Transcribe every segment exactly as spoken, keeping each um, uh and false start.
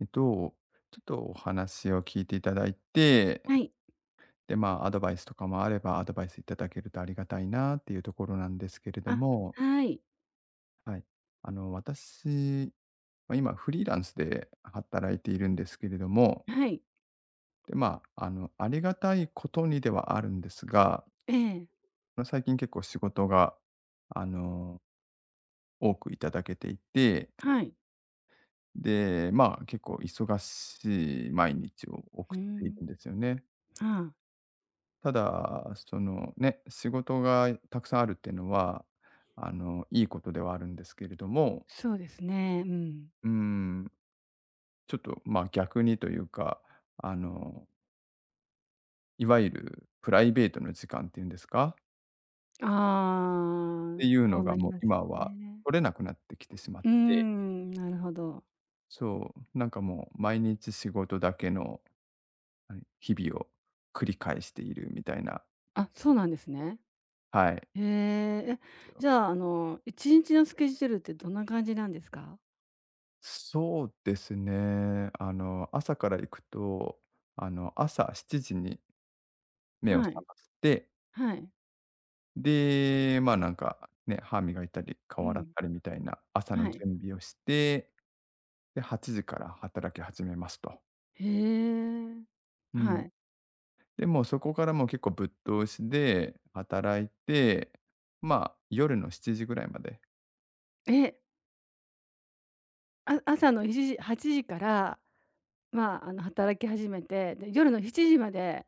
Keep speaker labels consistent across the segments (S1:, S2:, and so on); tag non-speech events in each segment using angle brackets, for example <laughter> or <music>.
S1: えっと、ちょっとお話を聞いていただいて、
S2: はい。
S1: で、まあ、アドバイスとかもあれば、アドバイスいただけるとありがたいなっていうところなんですけれど
S2: あ、
S1: も、
S2: はい。
S1: はい。あの、私、ま、今フリーランスで働いているんですけれども、
S2: はい。
S1: で、まあ、あの、ありがたいことにではあるんですが、
S2: ええ、
S1: ま、最近結構仕事が、あの、多くいただけていて、
S2: はい。
S1: で、まあ、結構忙しい毎日を
S2: う
S1: 送
S2: ー
S1: っているん
S2: ん、
S1: ですよね。
S2: ああ、
S1: ただ、そのね、仕事がたくさんあるっていうのは、あの、いいことではあるんですけれども、
S2: そうですね。うん。
S1: うん、ちょっと、まあ、逆にというか、あの、いわゆるプライベートの時間っていうんですか？っ
S2: あ
S1: てい
S2: あ、
S1: う
S2: そ
S1: の
S2: うな
S1: が
S2: り
S1: もう
S2: ますよ
S1: 今は
S2: ね。
S1: 取れなくなってきてしまっ
S2: うー
S1: て、
S2: ん、なるほど。
S1: そう、なんかもう毎日仕事だけの、はい、日々を繰り返しているみたいな、
S2: あ、そうなんですね。
S1: はい。
S2: へえ。え、じゃあ、あの、いちにちのスケジュールってどんな感じなんですか？
S1: そうですね。あの、朝から行くと、あの、朝しちじに目を
S2: は
S1: 覚
S2: い。
S1: まして、
S2: はい。
S1: で、まあ、なんか、ね、歯磨いたり、
S2: う
S1: 顔洗っ
S2: ん。
S1: たりみたいな朝
S2: は
S1: の
S2: い。
S1: 準備をして、で、はちじから働き始めますと。
S2: へえ。
S1: う
S2: は
S1: ん。
S2: い。
S1: で、もうそこからもう結構ぶっ通しで働いて、まあ、夜のしちじぐらいまで。
S2: え、あ朝のしちじはちじから、まあ、あの、働き始めて、で、夜のしちじまで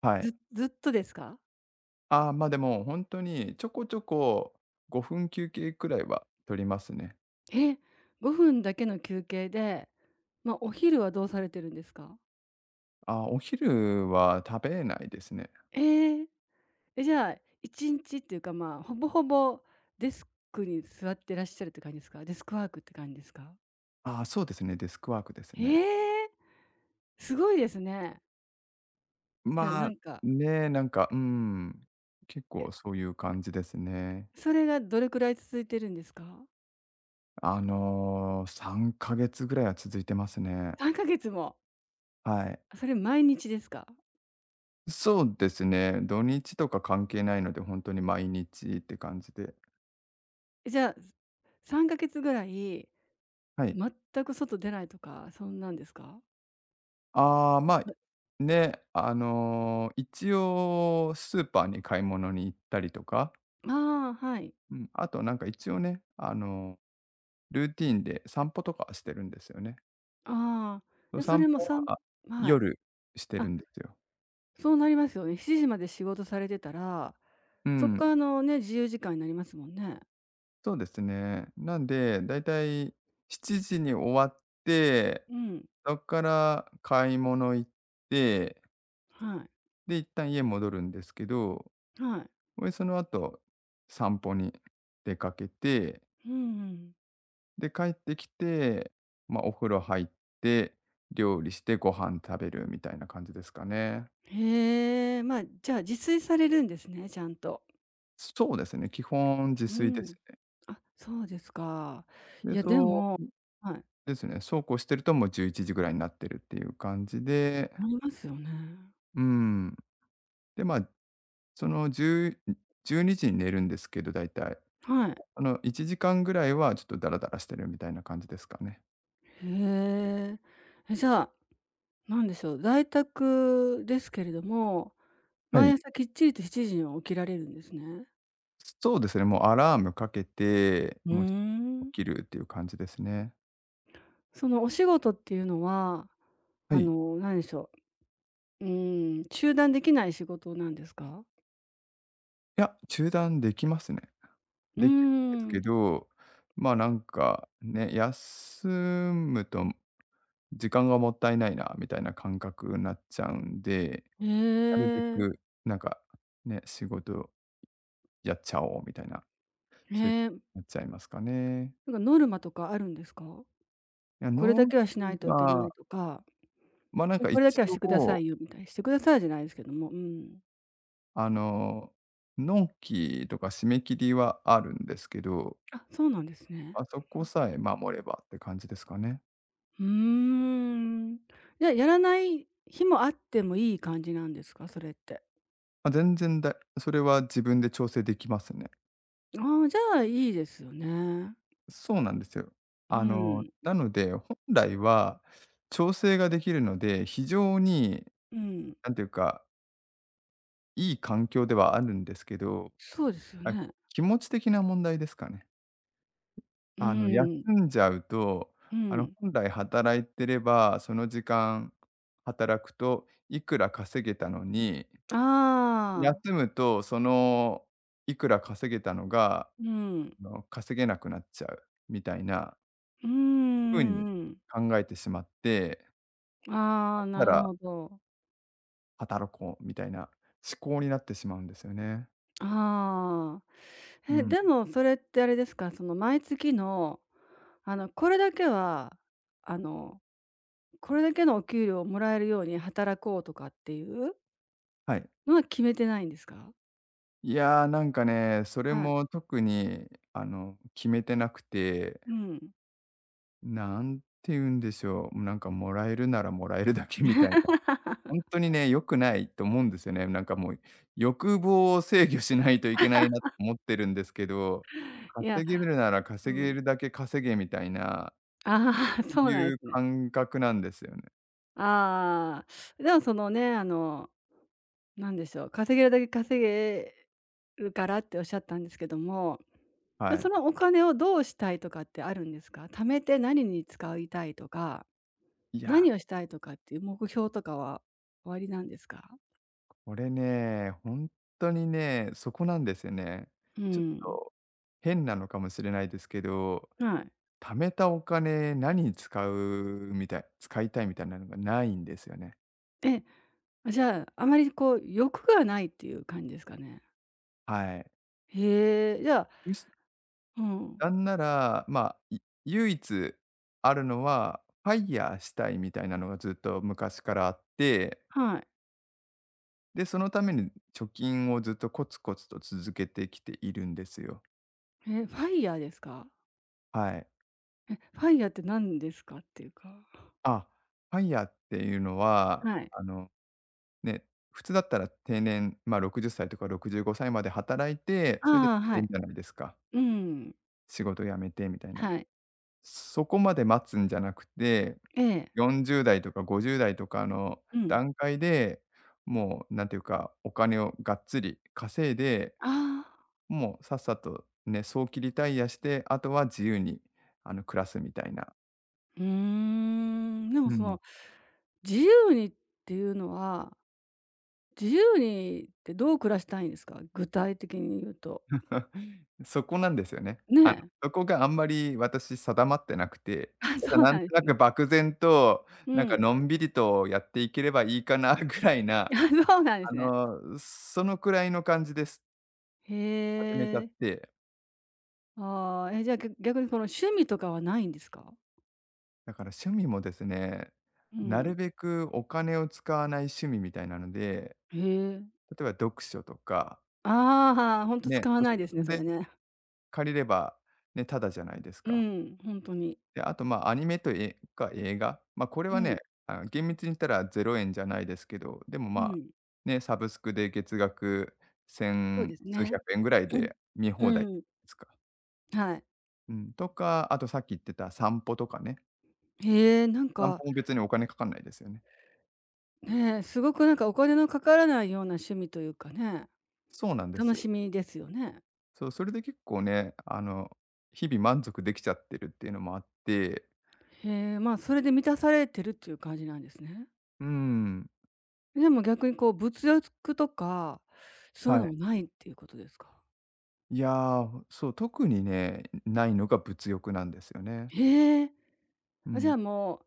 S1: はい。
S2: ずずっとですか？
S1: ああ、ま、でも、本当にちょこちょこごふん休憩くらいは取りますね。
S2: え、ごふんだけの休憩で、まあ、お昼はどうされてるんですか？
S1: あ、お昼は食べないですね。
S2: ええ。え、じゃあ、いちにちっていうか、まあ、ほぼほぼデスクに座ってらっしゃるって感じですか？デスクワークって感じですか？
S1: ああ、そうですね、デスクワークですね。
S2: へえ、すごいですね。いや、
S1: ま
S2: な
S1: あ、
S2: んか、
S1: ね、なんか、うん、結
S2: え、
S1: 構そういう感じですね。
S2: それがどれくらい続いてるんですか
S1: あのー、さんかげつぐらいは続いてますね。
S2: ？さんかげつも。
S1: はい。
S2: それ毎日ですか？
S1: そうですね、土日とか関係ないので、本当に毎日って感じで。
S2: え、じゃあ、さんかげつぐらい
S1: はい。
S2: 全く外出ないとか、そんなんですか？
S1: ああ、ま、あね、あの、一応スーパーに買い物に行ったりとか、
S2: ああ、はい。
S1: うん、あとなんか一応ね、あのールーティーンで散歩とかしてるんですよね。
S2: ああ、
S1: その
S2: で、そ
S1: 散
S2: れも
S1: 歩
S2: さん
S1: は
S2: はい。
S1: 夜してる
S2: あ、
S1: んですよ。
S2: そうなりますよね。しちじまで仕事されてたら、
S1: う
S2: そっ
S1: ん、
S2: からのね、自由時間になりますもんね。
S1: そうですね。なんで、だいたいしちじに終わって、
S2: うん。
S1: そっから買い物行って、
S2: はい。
S1: で、一旦家戻るんですけど、
S2: はい。
S1: ほその後、散歩に出かけて、
S2: うんうん。
S1: で、帰ってきて、まあ、お風呂入って、料理してご飯食べるみたいな感じですかね。
S2: へえ、まあ、じゃあ、自炊されるんですね、ちゃんと。
S1: そうですね、基本自
S2: う
S1: 炊で
S2: ん。
S1: す。
S2: あ、そうですか。い
S1: で、
S2: や、で
S1: そ
S2: もはい、
S1: うですね、そうこうしてるともうじゅういちじぐらいになってるっていう感じで、
S2: なりますよね。
S1: うん。で、まあ、そのじゅうじ、じゅうにじにじに寝るんですけど、だいたい。
S2: はい。
S1: あの、いちじかんぐらいはちょっとダラダラしてるみたいな感じですかね。
S2: へえ。え、じゃあ、なんでしょう、在宅ですけれども、
S1: は
S2: 毎
S1: い。
S2: 朝きっちりとしちじには起きられるんですね？
S1: そうですね、もうアラームかけて、
S2: うー
S1: もう起
S2: ん。
S1: きるっていう感じですね。
S2: そのお仕事っていうのは、
S1: は
S2: あ
S1: い。
S2: の、何でしょう、うーん、中断できない仕事なんですか？
S1: いや、中断できますね。
S2: うー
S1: できるんですけ
S2: ん。
S1: ど、ま、あなんかね、休むと時間がもったいないなみたいな感覚になっちゃうんで、
S2: へ
S1: なるべ
S2: え。
S1: くなんか、ね、仕事やっちゃおうみたいな、
S2: へ
S1: そうい
S2: え。
S1: うなっちゃいますかね。
S2: なんかノルマとかあるんですか？
S1: いや、
S2: これだ
S1: 納
S2: けはしない
S1: 期
S2: といけな
S1: は、
S2: いとか、
S1: ま、なんか
S2: こ
S1: 一
S2: れだけはしてくださ
S1: 応、
S2: いよみたい、にしてくださいじゃないですけども、うーん。
S1: あの、納期とか締め切りはあるんですけど、
S2: あ、そうなんですね。
S1: まあそこさえ守ればって感じですかね。
S2: うん。ーん。じゃ、やらない日もあってもいい感じなんですか？それって。
S1: まあ、全然だそれは自分で調整できますね。
S2: ああ、じゃあいいですよね。
S1: そうなんですよ。
S2: う
S1: あの、
S2: ん。
S1: なので、本来は調整ができるので、非常に
S2: うん。
S1: なんていうか、いい環境ではあるんですけど、
S2: そうですよ
S1: あ、
S2: ね。
S1: 気持ち的な問題ですかね。
S2: うー
S1: あの、休
S2: ん、
S1: んじゃうと、
S2: う
S1: あの、
S2: ん。
S1: 本来働いてれば、その時間働くといくら稼げたのに、
S2: ああ、
S1: 休むとそのいくら稼げたのが、
S2: うん。
S1: あの、稼げなくなっちゃうみたいな
S2: うーん、う
S1: 風に
S2: んうん。
S1: 考えてしまって、
S2: あ
S1: だ
S2: あ、
S1: った
S2: なる
S1: ら
S2: ほど。
S1: 働こうみたいな思考になってしまうんですよね。
S2: ああ。
S1: う
S2: え、
S1: ん。
S2: でもそれってあれですか、その毎月の、あの、これだけは、あの、これだけのお給料をもらえるように働こうとかっていう
S1: はい。
S2: のは決めてないんですか？
S1: いやー、なんかね、それ
S2: はい。
S1: も特にあの、決めてなくて、
S2: うん。
S1: なんて言うんでしょう、なんかもらえるならもらえるだけみたいな、本当にね、良くないと思うんですよね。なんかもう、欲望を制御しないといけないなと思ってるんですけど、
S2: いや、
S1: 稼げるなら
S2: う
S1: 稼げ
S2: ん。
S1: るだけ稼げみたいな、
S2: ああ、<laughs>
S1: そ
S2: そ
S1: う
S2: うなんで
S1: いう
S2: すね。
S1: 感覚なんですよね。
S2: ああ。でもそのね、あのなんでしょう、稼げるだけ稼げるからっておっしゃったんですけども、
S1: は
S2: で、
S1: い。
S2: そのお金をどうしたいとかってあるんですか？貯めて何に使いたいとか、
S1: いやー
S2: 何をしたいとかっていう目標とかはおありなんですか？
S1: これね、本当にね、そこなんですよね。
S2: う
S1: ちょっ
S2: ん、
S1: と変なのかもしれないですけど、
S2: はい。
S1: 貯めたお金何に使うみたい使いたいみたいなのがないんですよね。
S2: え、じゃあ、あまりこう欲がないっていう感じですかね。
S1: はい。
S2: へえ、じゃあ
S1: むし
S2: うん、
S1: なんなら、まあ、い唯一あるのは、ファイヤーしたいみたいなのがずっと昔からあって、
S2: はい。
S1: で、そのために貯金をずっとコツコツと続けてきているんですよ。
S2: え、ファイヤーですか？
S1: はい。
S2: え、ファイヤーって何ですかっていうか。
S1: あ、ファイヤーっていうのは、
S2: はい。
S1: あのね、普通だったら定年、まあ、ろくじゅっさいとかろくじゅうごさいまで働いて、それで定
S2: ああ、は
S1: 年
S2: い。
S1: じゃないですか。
S2: うん、
S1: 仕事辞めてみたいな。
S2: はい。
S1: そこまで待つんじゃなくて、
S2: ええ、
S1: よんじゅう代とかごじゅう代とかの
S2: うん。
S1: 段階で、もうなんていうか、お金をがっつり稼いで、
S2: ああ、
S1: もうさっさとね、早期リタイアして、あとは自由にあの暮らすみたいな。
S2: うーん、でも
S1: う
S2: そ
S1: ん。
S2: の、自由にっていうのは、自由にってどう暮らしたいんですか？具体的に言うと。
S1: <laughs> そこなんですよね。
S2: ね
S1: あの、
S2: え。
S1: そこがあんまり私定まってなくて、
S2: <laughs> あ、
S1: ただ
S2: そう
S1: な
S2: な
S1: ん
S2: ん
S1: と
S2: で
S1: な
S2: すね。
S1: く漠然と、
S2: <laughs>
S1: な
S2: う
S1: んか
S2: ん。
S1: のんびりとやっていければいいかなぐらい
S2: <laughs>
S1: な、
S2: あ、そうなんで
S1: あ
S2: すね。
S1: の、そのくらいの感じです。始めちゃ
S2: へ
S1: っ
S2: え。
S1: て。
S2: ああ、え、じゃあ、ぎ逆にこの趣味とかはないんですか？
S1: だから趣味もですね、
S2: う
S1: なる
S2: ん。
S1: べくお金を使わない趣味みたいなので、
S2: へえ。
S1: 例えば読書とか、
S2: ああ、ほんと
S1: ね、
S2: 使わ
S1: 図
S2: な
S1: 書
S2: いですね、それ
S1: 館で
S2: ね。
S1: 借りれば、ね、ただじゃないです
S2: う
S1: か。
S2: ん、ほんとに。
S1: で、あと、まあ、アニメとえか映画、ま、あこれ
S2: う
S1: はね、
S2: ん、
S1: あの、厳密に言ったらゼロ円じゃないですけど、でも、
S2: う
S1: まあ、
S2: ん。
S1: ね、サブスクで月額
S2: そうです
S1: 千数
S2: ね。
S1: 百円ぐらい
S2: うん。
S1: で見放題で
S2: うん。
S1: すか。
S2: はい。
S1: うん、とか、あとさっき言ってた散歩とかね、
S2: へえ、なん
S1: 散
S2: か
S1: 歩も別にお金かかんないですよね。
S2: ねえ、すごくなんかお金のかからないような趣味というかね、
S1: そうなんです
S2: 楽
S1: よ。
S2: しみですよね。
S1: そう、それで結構ね、あの、日々満足できちゃってるっていうのもあって、
S2: へえ、まあ、それで満たされてるっていう感じなんですね。
S1: うーん、
S2: でも逆にこう物欲とか、そういう
S1: は
S2: のも
S1: い。
S2: ないっていうことですか？
S1: いやー、そう、特にね、ないのが物欲なんですよね。
S2: へえ、
S1: う
S2: あ、じゃあ
S1: ん。
S2: もう、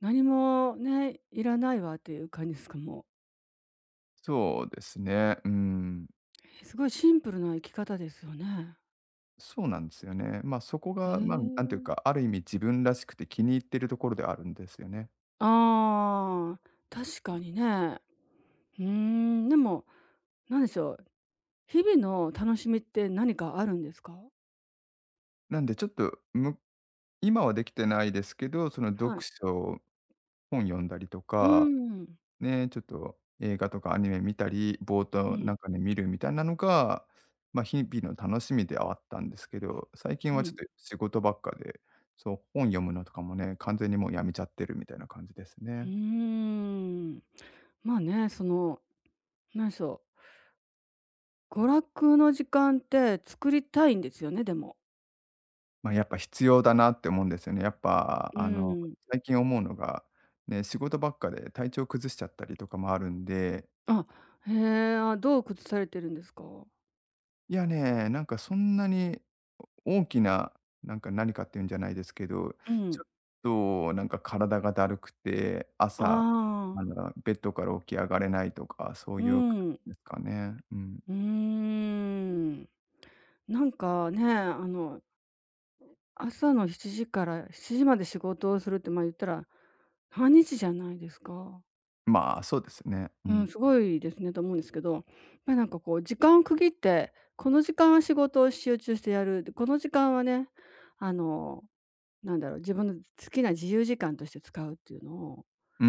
S2: 何もね、いらないわっていう感じですか？もう。
S1: そうですね。うん。
S2: すごいシンプルな生き方ですよね。
S1: そうなんですよね。まあ、そこ
S2: へ
S1: が、まあ、なんていう
S2: え。
S1: か、ある意味自分らしくて気に入ってるところではあるんですよね。
S2: ああー、確かにね。うーん、でも、なんでしょう、日々の楽しみって何かあるんですか？
S1: なんでちょっと、む今はできてないですけど、その読
S2: はい。
S1: 書、本読んだりと
S2: うー
S1: か、
S2: ん。
S1: ね、ちょっと映画とかアニメ見たり、冒
S2: う
S1: 頭
S2: ん、
S1: なんかね、見るみたいなのが、まあ、日々の楽しみではあったんですけど、最近
S2: う
S1: はちょっ
S2: ん。
S1: と仕事ばっかで、そう、本読むのとかもね、完全にもうやめちゃってるみたいな感じです
S2: う
S1: ね。
S2: ーん。まあね、その、なんでしょう、娯楽の時間って作りたいんですよね、でも。
S1: まあ、やっぱ必要だなって思うんですよね。やっぱ、
S2: う
S1: あの、
S2: ーん。
S1: 最近思うのが、ね、仕事ばっかで体調崩しちゃったりとかもあるんで、
S2: あ、へえ、あ、どう工夫されてるんですか？
S1: いやね、なんかそんなに大きな、なんか何かっていうんじゃないですけど、
S2: う
S1: ち
S2: ん。
S1: ょっとなんか体がだるくて、
S2: あ
S1: 朝、あ
S2: あ、
S1: の、ベッドから起き上がれないとか、そう
S2: う
S1: いう感
S2: ん。
S1: じですかね。うん。
S2: うーん。なんかね、あの、朝のしちじからしちじまで仕事をするって、まあ、言ったら半日じゃないですか。
S1: まあ、そうですね。う
S2: うん、
S1: ん。
S2: すごいですねと思うんですけど、ま、なんかこう時間を区切って、この時間は仕事を集中してやる、で、この時間はね、あの、なんだろう、自分の好きな自由時間として使うっていうのを、
S1: うー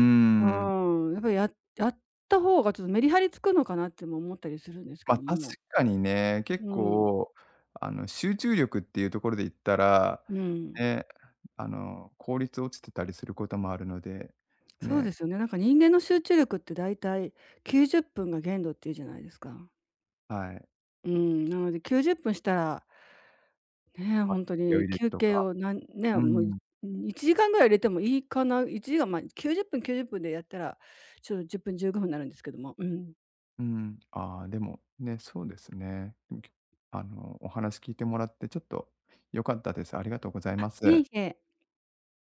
S1: ん。
S2: うん、やっぱりややった方がちょっとメリハリつくのかなっても思ったりするんですけ
S1: まあ、
S2: ど
S1: 確
S2: も。
S1: かにね、結
S2: うん、
S1: 構、あの、集中力っていうところで言ったら、
S2: うん。
S1: ね、あの、効率落ちてたりすることもあるので、
S2: そうで
S1: ね、
S2: すよね。なんか人間の集中力ってだいたいきゅうじゅっぷんが限度っていうじゃないですか。
S1: はい。
S2: うん、なのできゅうじゅっぷんしたらね、
S1: まあ、
S2: ほん
S1: 気を
S2: に
S1: 入れる
S2: 休
S1: と
S2: 憩
S1: か、
S2: をなんね、
S1: う
S2: もう、い
S1: ん、
S2: いちじかんぐらい入れてもいいかな、いちじかん、ま、きゅうじゅっぷん、きゅうじゅっぷんでやったら、ちょじゅっぷん、じゅうごふんなるんですけども、うん。
S1: うん。ああ、でも、ね、そうですね。でもきあの、お話聞いてもらってちょっと良かったです。ありがとうございま
S2: いえ
S1: す。
S2: いえ。